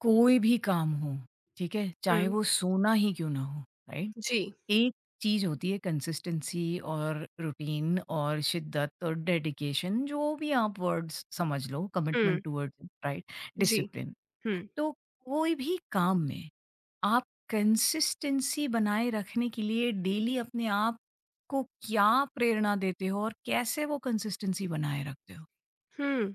कोई भी काम हो, ठीक है? चाहे हुँ, वो सोना ही क्यों ना हो, राइट? जी। एक चीज़ होती है कंसिस्टेंसी और रूटीन और शिद्दत और डेडिकेशन जो भी आप वर्ड्स समझ लो, hmm, commitment towards it, right? जी। डिसिप्लिन। हुँ, तो कोई भी काम में आप कंसिस्टेंसी बनाए रखने के लिए डेली अपने आप को क्या प्रेरणा देते हो और कैसे वो कंसिस्टेंसी बनाए रखते हो? हुँ।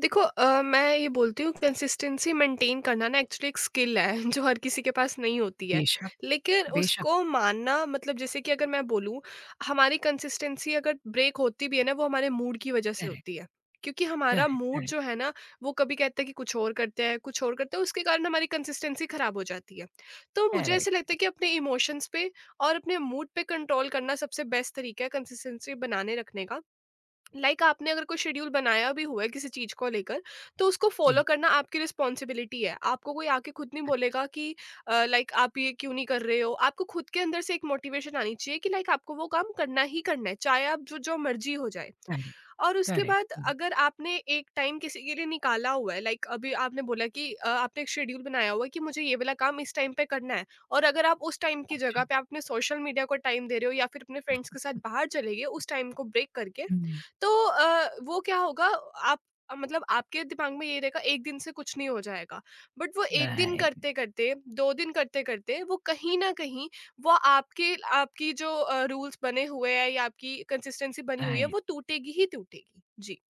देखो मैं ये बोलती हूँ कंसिस्टेंसी मेंटेन करना ना एक्चुअली एक स्किल है जो हर किसी के पास नहीं होती है। बेशक, लेकिन बेशक। उसको मानना मतलब जैसे कि अगर मैं बोलूँ हमारी कंसिस्टेंसी अगर ब्रेक होती भी है ना वो हमारे मूड की वज़ह से करेक्ट, होती है। क्योंकि हमारा करेक्ट, मूड करेक्ट, जो है ना वो कभी कहता है कि कुछ और करते हैं, कुछ और करते हैं उसके कारण हमारी कंसिस्टेंसी ख़राब हो जाती है। तो मुझे करेक्ट। ऐसा लगता है कि अपने इमोशंस पे और अपने मूड पे कंट्रोल करना सबसे बेस्ट तरीका है कंसिस्टेंसी बनाने रखने का। लाइक आपने अगर कोई शेड्यूल बनाया भी हुआ है किसी चीज को लेकर तो उसको जी। फॉलो करना आपकी रिस्पॉन्सिबिलिटी है। आपको कोई आके खुद नहीं बोलेगा कि लाइक आप ये क्यों नहीं कर रहे हो। आपको खुद के अंदर से एक मोटिवेशन आनी चाहिए कि लाइक आपको वो काम करना ही करना है चाहे आप जो जो मर्जी हो जाए। करेक्ट, और उसके बाद करेक्ट, अगर आपने एक टाइम किसी के लिए निकाला हुआ है लाइक अभी आपने बोला कि आपने एक शेड्यूल बनाया हुआ है कि मुझे ये वाला काम इस टाइम पे करना है। और अगर आप उस टाइम की जगह करेक्ट। पे आप अपने सोशल मीडिया को टाइम दे रहे हो या फिर अपने फ्रेंड्स के साथ बाहर चले गए उस टाइम को ब्रेक करके हुँ, तो वो क्या होगा आप मतलब आपके दिमाग में ये रहेगा एक दिन से कुछ नहीं हो जाएगा बट वो एक दिन राइट, करते करते 2 दिन करते करते वो कहीं ना कहीं वो आपके आपकी जो रूल्स बने हुए हैं या आपकी कंसिस्टेंसी बनी हुई है राइट। वो टूटेगी ही टूटेगी। जी।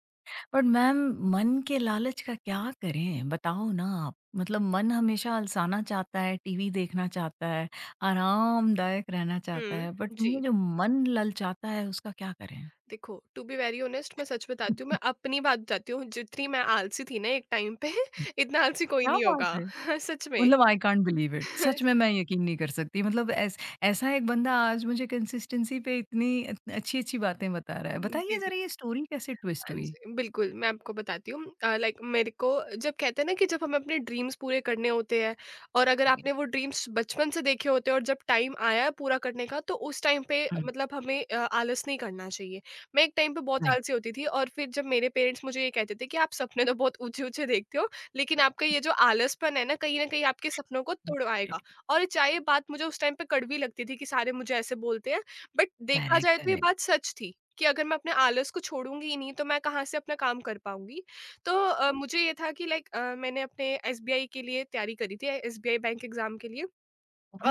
बट मैम, मन के लालच का क्या करें? बताओ ना आप। मतलब मन हमेशा अलसाना चाहता है, टीवी देखना चाहता है, आरामदायक रहना चाहता है, बट हम्म। ये जी। जो मन ललचाता है उसका क्या करें? देखो टू बी वेरी ऑनेस्ट मैं सच बताती हूँ, मैं अपनी बात बताती हूँ, जितनी मैं आलसी थी ना एक टाइम पे इतना आलसी कोई क्या नहीं बात होगा है! सच में। मतलब आई कांट बिलीव इट। सच में मैं यकीन नहीं कर सकती। मतलब ऐस ऐसा एक बंदा आज मुझे कंसिस्टेंसी पे इतनी अच्छी-अच्छी बातें बता रहा है। बताइए जी। ज़रा ये स्टोरी कैसे ट्विस्ट हाँ हुई? जी, बिल्कुल, मैं आपको बताती हूँ। लाइक मेरे को जब कहते हैं ना कि जब हमें अपने ड्रीम्स पूरे करने होते हैं और अगर आपने वो ड्रीम्स बचपन से देखे होते हैं और जब टाइम आया है पूरा करने का, तो उस टाइम पे हुँ, मतलब हमें आलस नहीं करना चाहिए। मैं एक टाइम पे बहुत राइट। आलसी होती थी और फिर जब मेरे पेरेंट्स मुझे ये कहते थे कि, "आप सपने तो बहुत ऊँचे-ऊँचे देखते हो, लेकिन आपका ये जो आलसपन है ना, कहीं न कहीं आपके सपनों को तुड़वाएगा।" और चाहे ये बात मुझे उस टाइम पे कड़वी लगती थी कि सारे मुझे ऐसे बोलते हैं, बट देखा Correct, जाए तो ये correct. बात सच थी। कि अगर मैं अपने आलस को छोड़ूँगी ही नहीं, तो मैं कहाँ से अपना काम कर पाऊँगी? तो मुझे ये था कि लाइक मैंने अपने एसबीआई के लिए तैयारी करी थी, एसबीआई बैंक एग्ज़ाम के लिए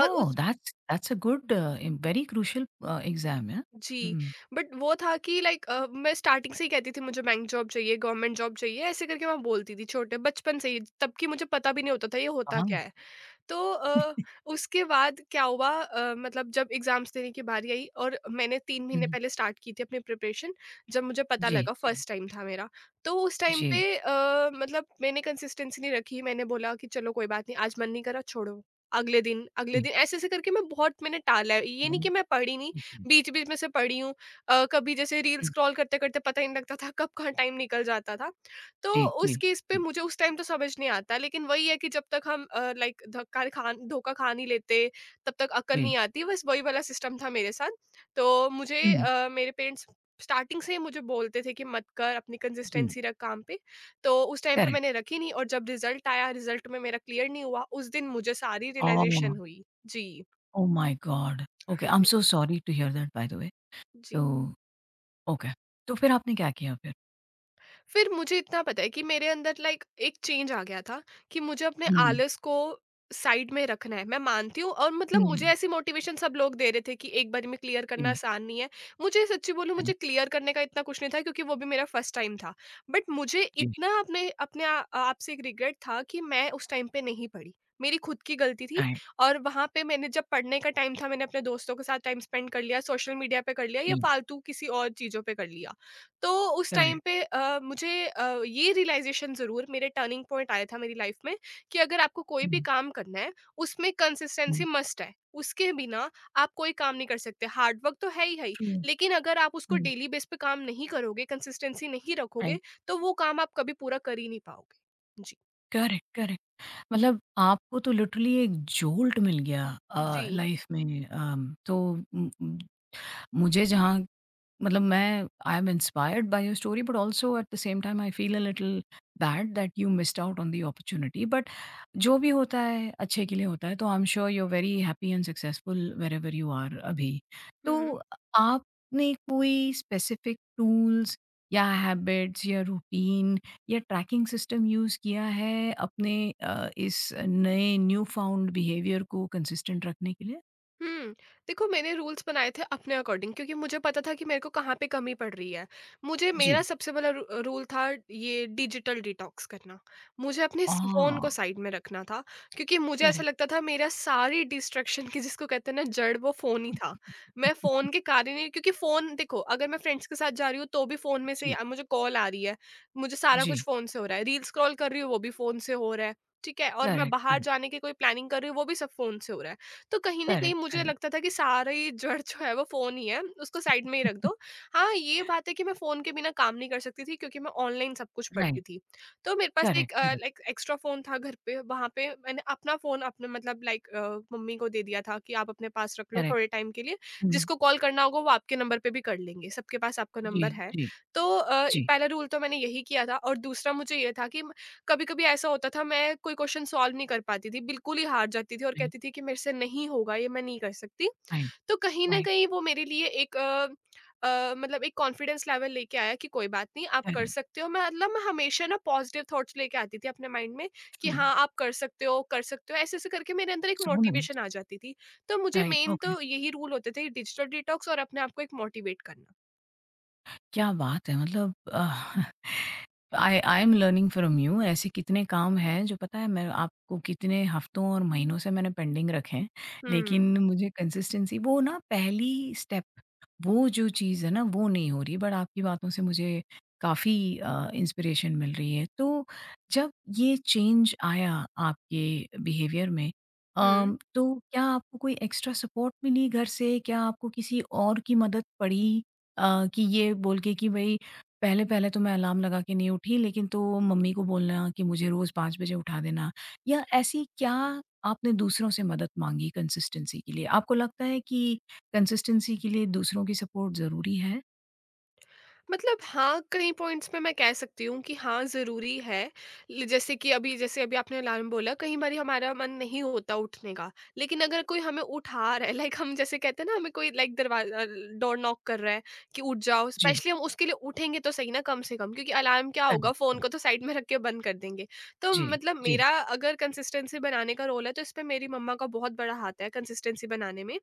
और उस that's a good very crucial exam, yeah? जी, हुँ, बट वो था कि लाइक मैं स्टार्टिंग से ही कहती थी मुझे बैंक जॉब चाहिए, गवर्नमेंट जॉब चाहिए, ऐसे करके मैं बोलती थी छोटे बचपन से ही, तब कि मुझे पता भी नहीं होता था ये होता क्या wow! है। तो उसके बाद क्या हुआ मतलब जब एग्ज़ाम्स देने की बारी आई और मैंने 3 महीने हुँ, पहले स्टार्ट की थी अपनी प्रिपरेशन, जब मुझे पता जी, लगा जी, फर्स्ट टाइम था मेरा। तो उस टाइम जी, पे मतलब मैंने कंसिस्टेंसी नहीं रखी, मैंने बोला कि चलो कोई बात नहीं, आज मन नहीं करा छोड़ो, अगले जी, दिन ऐसे-ऐसे करके मैं बहुत मैंने टाला है। ये हुँ, नहीं कि मैं पढ़ी नहीं, हुँ, हुँ, बीच-बीच में से पढ़ी हूँ। कभी जैसे रील स्क्रॉल करते-करते पता ही नहीं लगता था कब कहाँ टाइम निकल जाता था। तो जी, जी, उस केस पे जी, मुझे उस टाइम तो समझ नहीं आता लेकिन वही है कि जब तक हम लाइक धक्का खा धोखा खा नहीं लेते तब तक अकल जी, नहीं आती। बस वही वाला सिस्टम था मेरे साथ। तो मुझे हुँ, मेरे पेरेंट्स स्टार्टिंग से ही मुझे बोलते थे कि मत कर अपनी जी, कंसिस्टेंसी रख काम पे। तो उस टाइम पे करेक्ट। मैंने रखी नहीं और जब रिजल्ट आया रिजल्ट में मेरा क्लियर नहीं हुआ उस दिन मुझे सारी रियलाइजेशन ओह! हुई। जी। Oh my god! ओके, हाँ आई एम जी। So sorry to hear that by the way. जी। तो ओके, तो फिर आपने क्या किया फिर? फिर मुझे इतना पता है कि मेरे अंदर लाइक एक चेंज आ गया था कि मुझे अपने हुँ, आलस को साइड में रखना है, मैं मानती हूँ। और मतलब मुझे हुँ, ऐसी मोटिवेशन सब लोग दे रहे थे कि एक बार में क्लियर करना जी, आसान नहीं है। मुझे सच्ची बोलूँ मुझे करेक्ट, क्लियर करने का इतना कुछ नहीं था क्योंकि वो भी मेरा फर्स्ट टाइम था। बट मुझे जी, इतना अपने अपने आप से एक रिग्रेट था कि मैं उस टाइम पे नहीं पढ़ी, मेरी खुद की गलती थी। राइट, और वहां पे मैंने जब पढ़ने का टाइम था मैंने अपने दोस्तों के साथ टाइम स्पेंड कर लिया, सोशल मीडिया पे कर लिया या जी, फालतू किसी और चीजों पे कर लिया। तो उस टाइम करेक्ट, पे मुझे ये रियलाइज़ेशन ज़रूर मेरे टर्निंग पॉइंट आया था मेरी लाइफ में कि अगर आपको कोई भी हुँ, काम करना है, उसमें हुँ, कंसिस्टेंसी मस्ट है। उसके बिना आप कोई काम नहीं कर सकते। हार्ड वर्क तो है ही, ट्रू, लेकिन अगर आप उसको हुँ, डेली बेस पे काम नहीं करोगे, कंसिस्टेंसी नहीं राइट, रखोगे, तो वो काम आप कभी पूरा कर ही नहीं पाओगे। जी। Correct, correct. मतलब आपको तो लिटरली एक जोल्ट मिल गया जी। लाइफ में, तो मुझे जहाँ मतलब मैं I am inspired by your story but also at the same time I feel a little bad that you missed out on the opportunity, but जो भी होता है अच्छे के लिए होता है, तो I am sure you are very happy and successful wherever you are अभी। हुँ, तो हुँ। आपने कोई स्पेसिफिक टूल्स या हैबिट्स या रूटीन या ट्रैकिंग सिस्टम यूज़ किया है अपने इस नए न्यू फाउंड बिहेवियर को कंसिस्टेंट रखने के लिए? हुँ। देखो मैंने रूल्स बनाए थे अपने अकॉर्डिंग क्योंकि मुझे पता था कि मेरे को कहाँ पे कमी पड़ रही है। मुझे मेरा जी, सबसे बड़ा रू रूल था ये डिजिटल डिटॉक्स करना। मुझे अपने स फ़ोन को साइड में रखना था क्योंकि मुझे ऐसा करेक्ट। लगता था मेरा सारी डिस्ट्रैक्शन की जिसको कहते हैं ना जड़ वो फ़ोन ही था। मैं फ़ोन के कारण ही क्योंकि फ़ोन देखो अगर मैं फ्रेंड्स के साथ जा रही हूँ तो भी फ़ोन में से जी, मुझे कॉल आ रही है, मुझे सारा जी, कुछ फ़ोन से हो रहा है, रील स्क्रॉल कर रही हूँ वो भी फ़ोन से हो रहा है, ठीक है? और मैं करेक्ट, बाहर करेक्ट, जाने की कोई प्लानिंग कर रही हूँ वो भी सब फ़ोन से हो रहा है। तो कहीं न कहीं करेक्ट, मुझे लगता था कि सारी जड़ जो है वो फ़ोन ही है, उसको साइड में ही रख करेक्ट। दो। हाँ, ये बात है कि मैं फ़ोन के बिना काम नहीं कर सकती थी क्योंकि मैं ऑनलाइन सब कुछ पढ़ती राइट, थी। तो मेरे पास करेक्ट, एक करेक्ट, लाइक एक्स्ट्रा फ़ोन था घर पे, वहाँ पे मैंने अपना फ़ोन अपने मतलब लाइक मम्मी को दे दिया था कि आप अपने पास रख लो करेक्ट। थोड़े टाइम के लिए, हुँ, जिसको कॉल करना होगा वो आपके नंबर पे भी कर लेंगे, सबके पास आपका जी, नंबर है। जी, तो जी, पहला रूल तो मैंने यही किया था और दूसरा मुझे ये था कि कभी कभी ऐसा होता था मैं कोई क्वेश्चन सॉल्व नहीं कर पाती थी बिल्कुल ही हार जाती थी और जी, कहती थी कि मेरे से नहीं होगा ये, मैं नहीं कर सकती। राइट, तो कहीं ना राइट, कहीं वो मेरे लिए एक मतलब एक कॉन्फिडेंस लेवल लेके आया कि कोई बात नहीं आप कर करेक्ट, सकते हो। मैं मतलब मैं हमेशा ना पॉजिटिव थॉट्स लेके आती थी अपने माइंड में कि ट्रू, हाँ आप कर सकते हो ऐसे ऐसे करके मेरे अंदर एक सो मोटिवेशन आ नाइस, जाती थी। तो मुझे राइट, मेन ओके। तो यही रूल होते थे डिजिटल डिटॉक्स और अपने आप को एक मोटिवेट करना। क्या बात है! मतलब I I am learning from you. ऐसे कितने काम हैं जो, पता है, मैं आपको कितने हफ्तों और महीनों से मैंने पेंडिंग रखे हैं, हम्म। लेकिन मुझे कंसिस्टेंसी वो ना पहली स्टेप, वो जो चीज़ है ना वो नहीं हो रही। बट आपकी बातों से मुझे काफ़ी इंस्पिरेशन मिल रही है। तो जब ये चेंज आया आपके बिहेवियर में, हम्म। तो क्या आपको कोई एक्स्ट्रा सपोर्ट मिली घर से? क्या आपको किसी और की मदद पड़ी? कि ये बोल के कि भाई, पहले-पहले तो मैं अलार्म लगा के नहीं उठी, लेकिन तो मम्मी को बोलना कि मुझे रोज़ 5 बजे उठा देना, या ऐसी क्या आपने दूसरों से मदद माँगी कंसिस्टेंसी के लिए? आपको लगता है कि कंसिस्टेंसी के लिए दूसरों की सपोर्ट ज़रूरी है? मतलब हाँ, कई पॉइंट्स पे मैं कह सकती हूँ कि हाँ, ज़रूरी है। ल जैसे कि अभी जैसे अभी आपने अलार्म बोला, कई बारी हमारा मन नहीं होता उठने का। लेकिन अगर कोई हमें उठा रहा है, लाइक हम जैसे कहते हैं ना, हमें कोई लाइक दरवाज़ा डोर नॉक कर रहा है कि उठ जाओ, जी, स्पेशली हम उसके लिए उठेंगे तो सही ना कम से कम, क्योंकि अलार्म क्या करेक्ट, होगा, फ़ोन करेक्ट। को तो साइड में रख के बंद कर देंगे। तो जी, मतलब जी। मेरा अगर कंसिस्टेंसी बनाने का रोल है, तो इसपे मेरी मम्मा का बहुत बड़ा हाथ है कंसिस्टेंसी बनाने में।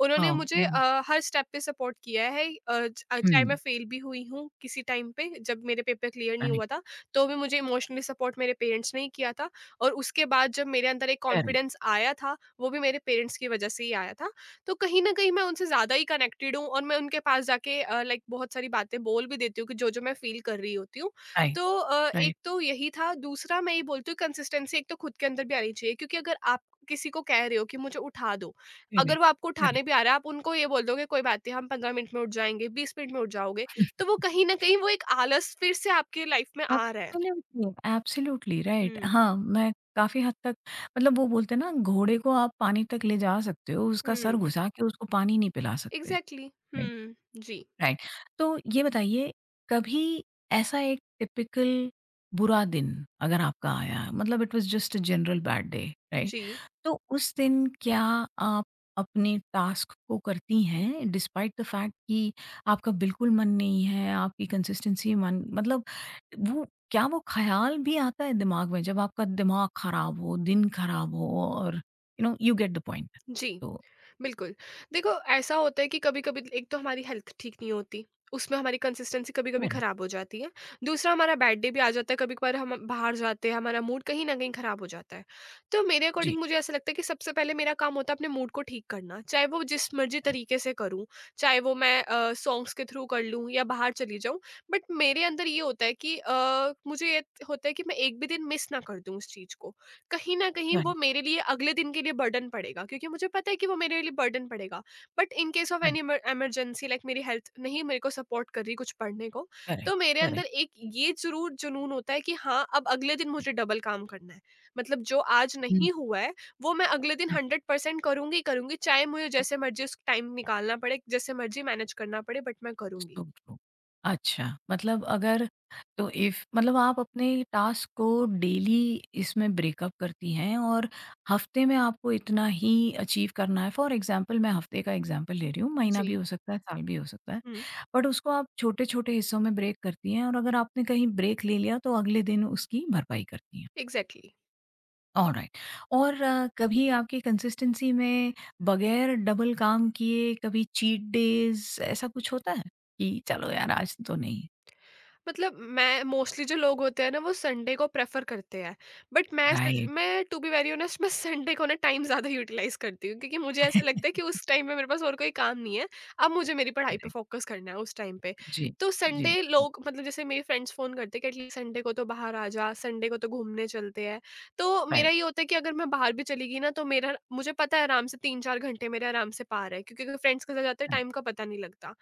उन्होंने हाँ, मुझे हुँ, हर स्टेप पे सपोर्ट किया है, हुँ, चाहे मैं फेल भी हुई हूँ किसी टाइम पे जब मेरे पेपर क्लियर नहीं राइट, हुआ था तो भी मुझे इमोशनली सपोर्ट मेरे पेरेंट्स ने ही किया था। और उसके बाद जब मेरे अंदर एक करेक्ट, कॉन्फिडेंस आया था वो भी मेरे पेरेंट्स की वजह से ही आया था। तो कहीं ना कहीं मैं उनसे ज़्यादा ही कनेक्टेड हूँ और मैं उनके पास जाके लाइक बहुत सारी बातें बोल भी देती हूँ कि जो जो मैं फील कर रही होती हूँ। राइट, तो एक राइट, तो यही था, दूसरा मैं ये बोलती हूँ कंसिस्टेंसी एक तो खुद के अंदर भी आनी चाहिए क्योंकि अगर आप किसी को कह रहे हो कि मुझे उठा दो अगर करेक्ट, वो आपको करेक्ट। उठाने भी आ रहा है, आप उनको ये बोल दोगे कोई बात नहीं हम 15 मिनट में उठ जाएँगे, 20 मिनट में उठ जाओगे, तो वो कहीं न कहीं वो एक आलस फिर से आपकी लाइफ़ में आ रहा है। Absolutely, absolutely right. हुँ, हाँ, मैं काफ़ी हद तक, मतलब वो बोलते हैं ना, घोड़े को आप पानी तक ले जा सकते हो, उसका सर हुँ, घुसा के उसको पानी नहीं पिला सकते। एग्ज़ैक्टली। राइट, हुँ, जी, राइट। तो ये बताइए, कभी ऐसा एक टिपिकल बुरा दिन अगर आपका आया, मतलब it was just a general bad day, right? जी, तो उस दिन क्या आप अपने टास्क को करती हैं डिस्पाइट द फैक्ट कि आपका बिल्कुल मन नहीं है, आपकी कंसिस्टेंसी, मन, मतलब वो क्या वो ख़्याल भी आता है दिमाग में जब आपका दिमाग ख़राब हो, दिन ख़राब हो, और you know you get the point. जी। तो बिल्कुल। देखो ऐसा होता है कि कभी-कभी एक तो हमारी हेल्थ ठीक नहीं होती, उसमें हमारी कंसिस्टेंसी कभी-कभी करेक्ट। ख़राब हो जाती है। दूसरा हमारा बैड डे भी आ जाता है, कभी-कभार हम बाहर जाते हैं, हमारा मूड कहीं न कहीं ख़राब हो जाता है। तो मेरे जी, अकॉर्डिंग मुझे ऐसा लगता है कि सबसे पहले मेरा काम होता है अपने मूड को ठीक करना, चाहे वो जिस मर्ज़ी राइट, तरीके से करूँ, चाहे वो मैं सॉन्ग्स के थ्रू कर लूँ या बाहर चली जाऊँ। बट मेरे अंदर ये होता है कि अ, मुझे ये होता है कि मैं एक भी दिन मिस ना कर दूँ उस चीज़ को। कहीं न कहीं वो राइट, मेरे लिए अगले दिन के लिए बर्डन पड़ेगा क्योंकि मुझे पता है कि वो मेरे लिए बर्डन पड़ेगा। But in case of right, any emergency like मेरी हेल्थ नहीं मेरे को सपोर्ट कर रही कुछ पढ़ने को, करेक्ट, तो मेरे अंदर करेक्ट। एक ये ज़रूर जुनून होता है कि हाँ, अब अगले दिन मुझे डबल काम करना है। मतलब जो आज हुँ। नहीं हुआ है, वो मैं अगले दिन 100% करूँगी ही करूँगी, चाहे मुझे ट्रू, जैसे मर्ज़ी उस टाइम निकालना पड़े, जैसे मर्ज़ी मैनेज करना पड़े बट मैं करूँगी। True, true. अच्छा, मतलब अगर, तो इफ़, मतलब आप अपने टास्क को डेली इसमें ब्रेकअप करती हैं और हफ्ते में आपको इतना ही अचीव करना है। फॉर एग्ज़ाम्पल मैं हफ्ते का एग्ज़ाम्पल ले रही हूँ, महीना भी जी। हो सकता है, साल भी हो सकता है। हुँ, बट उसको आप छोटे-छोटे हिस्सों में ब्रेक करती हैं, और अगर आपने कहीं ब्रेक ले लिया तो अगले दिन उसकी भरपाई करती हैं। एग्ज़ैक्टली। ऑलराइट। और कभी आपकी कंसिस्टेंसी में बगैर डबल काम किए कभी चीट डेज़ ऐसा कुछ होता है? कि चलो यार आज तो नहीं। मतलब मैं मोस्टली जो लोग होते हैं ना वो संडे को प्रेफर करते हैं बट मैं सच राइट। मैं टू बी वेरी ऑनेस्ट मैं संडे को ना टाइम ज़्यादा यूटिलाइज करती हूँ क्योंकि मुझे ऐसा लगता है कि उस टाइम पे मेरे पास और कोई काम नहीं है। अब मुझे मेरी पढ़ाई पे करेक्ट। फोकस करना है उस टाइम पे। जी, तो जी, संडे लोग मतलब जैसे मेरे फ्रेंड्स फ़ोन करते हैं कि एटलीस्ट संडे को तो बाहर आ जा, संडे को तो घूमने चलते हैं। तो मेरा राइट, ये होता है कि अगर मैं बाहर भी चली गई ना तो मेरा मुझे पता है आराम से तीन चार घंटे मेरे आराम से पार है क्योंकि अगर फ्रेंड्स के साथ जाते हैं राइट, टाइम का पता नहीं लगता।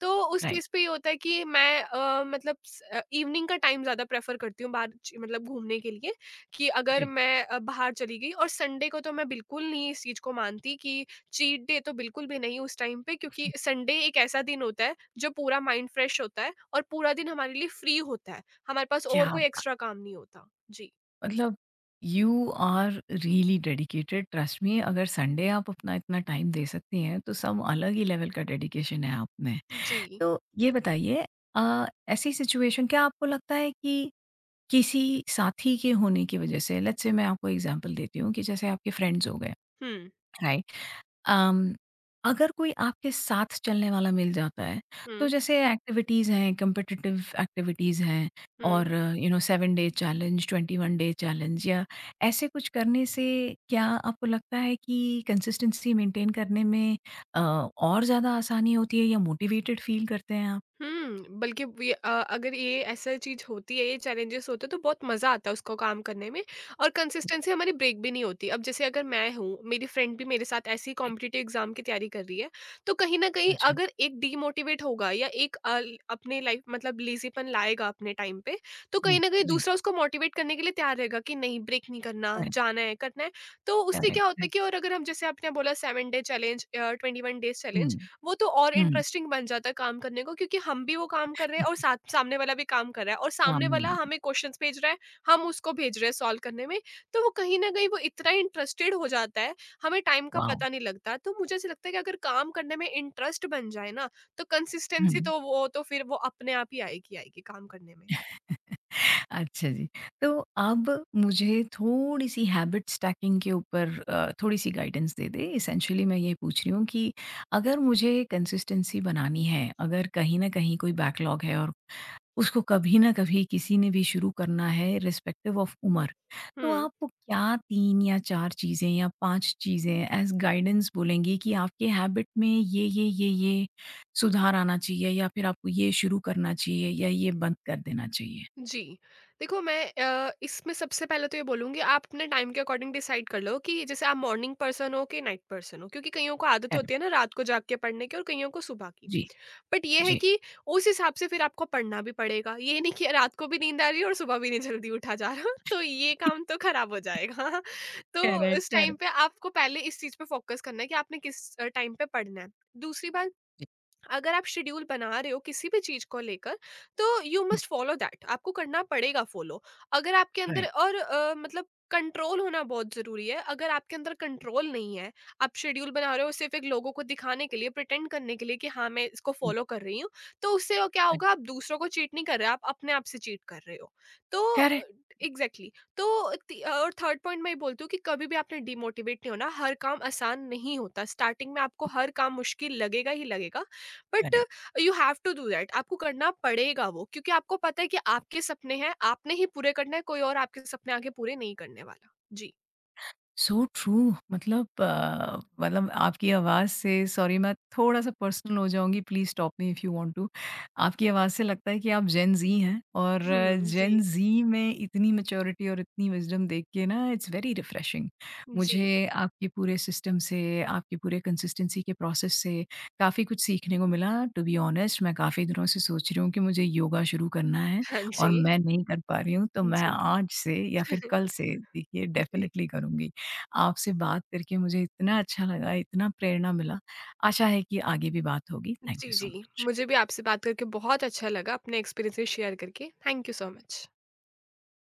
तो उस राइट, केस पे ये होता है कि मैं इवनिंग का टाइम ज़्यादा प्रेफ़र करती हूँ बाहर च मतलब घूमने के लिए। कि अगर जी। मैं बाहर चली गई और संडे को तो मैं बिल्कुल नहीं इस चीज़ को मानती कि चीट डे तो बिल्कुल भी नहीं उस टाइम पे क्योंकि संडे एक ऐसा दिन होता है जो पूरा माइंड फ्रेश होता है और पूरा दिन हमारे लिए फ्री होता है। हमारे पास और क्या कोई बात! एक्स्ट्रा काम नहीं होता। जी। मतलब you are really dedicated, trust me. अगर संडे आप अपना इतना टाइम दे सकती हैं, तो सब अलग ही लेवल का डेडिकेशन है आप में। जी। तो ये बताइए, अ, ऐसी सिचुएशन, क्या आपको लगता है कि किसी साथी के होने की वजह से, लेट्स से मैं आपको एग्जांपल देती हूँ कि जैसे आपके फ्रेंड्स हो गए, हुँ, राइट? अम, अगर कोई आपके साथ चलने वाला मिल जाता है, तो हुँ, जैसे एक्टिविटीज़ हैं, कॉम्पिटिटिव एक्टिविटीज़ हैं, हुँ। और you know 7 day challenge, 21 day challenge या ऐसे कुछ करने से क्या आपको लगता है कि कंसिस्टेंसी मेंटेन करने में अ, और ज़्यादा आसानी होती है या मोटिवेटेड फील करते हैं आप? हुँ, बल्कि अगर ये ऐसा चीज़ होती है, ये चैलेंजेस होते हैं तो बहुत मज़ा आता है उसको काम करने में और कंसिस्टेंसी हमारी ब्रेक भी नहीं होती। अब जैसे अगर मैं हूँ, मेरी फ्रेंड भी मेरे साथ ऐसे ही कॉम्पिटिटिव एग्ज़ाम की तैयारी कर रही है, तो कहीं न कहीं अच्छा, अगर एक डिमोटिवेट होगा या एक अल अपने लाइफ़ मतलब लेज़ीपन लाएगा अपने टाइम पे, तो जी, कहीं न कहीं जी, दूसरा उसको मोटिवेट करने के लिए तैयार रहेगा कि नहीं ब्रेक नहीं करना, करेक्ट, जाना है, करना है। तो उससे क्या होता करेक्ट, है कि और अगर हम जैसे आपने बोला 7 day challenge 21 days hmm, challenge वो तो और हुँ। इंटरेस्टिंग बन जाता है काम करने को क्योंकि हम भी वो काम कर रहे हैं और साथ सामने वाला भी काम कर रहा है और सामने सामने वाला वाला, हमें क्वेश्चंस भेज रहा है हम उसको भेज रहे हैं सॉल्व करने में। तो वो कहीं ना कहीं वो इतना इंटरेस्टेड हो जाता है हमें टाइम का वाओ! पता नहीं लगता। तो मुझे ऐसा लगता है कि अगर काम करने में इंटरेस्ट बन जाए ना तो कंसिस्टेंसी हुँ। तो वो तो फिर वो अपने आप ही आएगी आएगी काम करने में। अच्छा जी। तो अब मुझे थोड़ी-सी हैबिट स्टैकिंग के ऊपर थोड़ी-सी गाइडेंस दे दें। एसेंशियली मैं ये पूछ रही हूँ कि अगर मुझे कंसिस्टेंसी बनानी है, अगर कहीं न कहीं कोई बैकलॉग है, और उसको कभी ना कभी किसी ने भी शुरू करना है रिस्पेक्टिव ऑफ उम्र। तो हम्म। आप वो क्या 3 या 4 चीज़ें या 5 चीज़ें एज़ गाइडेंस बोलेंगी कि आपके हैबिट में ये सुधार आना चाहिए, या फिर आपको ये शुरू करना चाहिए या ये बंद कर देना चाहिए? जी, देखो मैं इसमें सबसे पहले तो ये बोलूँगी आप अपने टाइम के अकॉर्डिंग डिसाइड कर लो कि जैसे आप मॉर्निंग पर्सन हो कि नाइट पर्सन हो क्योंकि कईयों को आदत करेक्ट, होती है ना रात को जाग के पढ़ने की और कईयों को सुबह की। जी, बट ये है जी। कि उस हिसाब से फिर आपको पढ़ना भी पड़ेगा। ये नहीं कि रात को भी नींद आ रही है और सुबह भी नहीं जल्दी उठा जा रहा तो ये काम तो खराब हो जाएगा। तो करेक्ट, उस टाइम करेक्ट। पे आपको पहले इस चीज़ पे फ़ोकस करना है कि आपने किस टाइम पे पढ़ना है। दूसरी बात, जी, अगर आप शेड्यूल बना रहे हो किसी भी चीज को लेकर तो you hmm, must follow that, आपको करना पड़ेगा फॉलो। अगर आपके अंदर राइट, और कंट्रोल होना बहुत जरूरी है। अगर आपके अंदर कंट्रोल नहीं है आप शेड्यूल बना रहे हो सिर्फ एक लोगों को दिखाने के लिए, प्रिटेंड करने के लिए कि हाँ मैं इसको हुँ, फॉलो कर रही हूँ, तो उससे वो क्या राइट। होगा, आप दूसरों को चीट नहीं कर रहे, आप अपने आप से चीट कर रहे हो। तो करेक्ट, एग्जैक्टली exactly। तो और थर्ड पॉइंट मैं ये बोलती हूँ कि कभी भी आपने डिमोटिवेट नहीं होना, हर काम आसान नहीं होता, स्टार्टिंग में आपको हुँ, हर काम मुश्किल लगेगा ही लगेगा, but correct. You have to do that, आपको करना पड़ेगा वो क्योंकि आपको पता है कि आपके सपने हैं आपने ही पूरे करना है, कोई और आपके सपने आगे पूरे नहीं करने वाला। जी। So true. मतलब मतलब आपकी आवाज़ से, सॉरी मैं थोड़ा-सा पर्सनल हो जाऊँगी, please stop me if you want to. आपकी आवाज़ से लगता है कि आप जेन ज़ी हैं, और जी। जेन ज़ी में इतनी मैच्योरिटी और इतनी विज़डम देख के ना, इट्स वेरी रिफ्रेशिंग। जी। मुझे आपके पूरे सिस्टम से, आपके पूरे कंसिस्टेंसी के प्रोसेस से काफ़ी कुछ सीखने को मिला। टू बी ऑनेस्ट मैं काफ़ी दिनों से सोच रही हूँ कि मुझे योगा शुरू करना है, हाँ और जी। मैं नहीं कर पा रही हूँ, तो मैं जी। आज से या फिर कल से देखिए जी। डेफ़िनेटली करूँगी। आपसे बात करके मुझे इतना अच्छा लगा, इतना प्रेरणा मिला। आशा है कि आगे भी बात होगी। थैंक यू जी। सो जी मच। मुझे भी आपसे बात करके बहुत अच्छा लगा अपने एक्सपीरियंसेस शेयर करके। Thank you so much.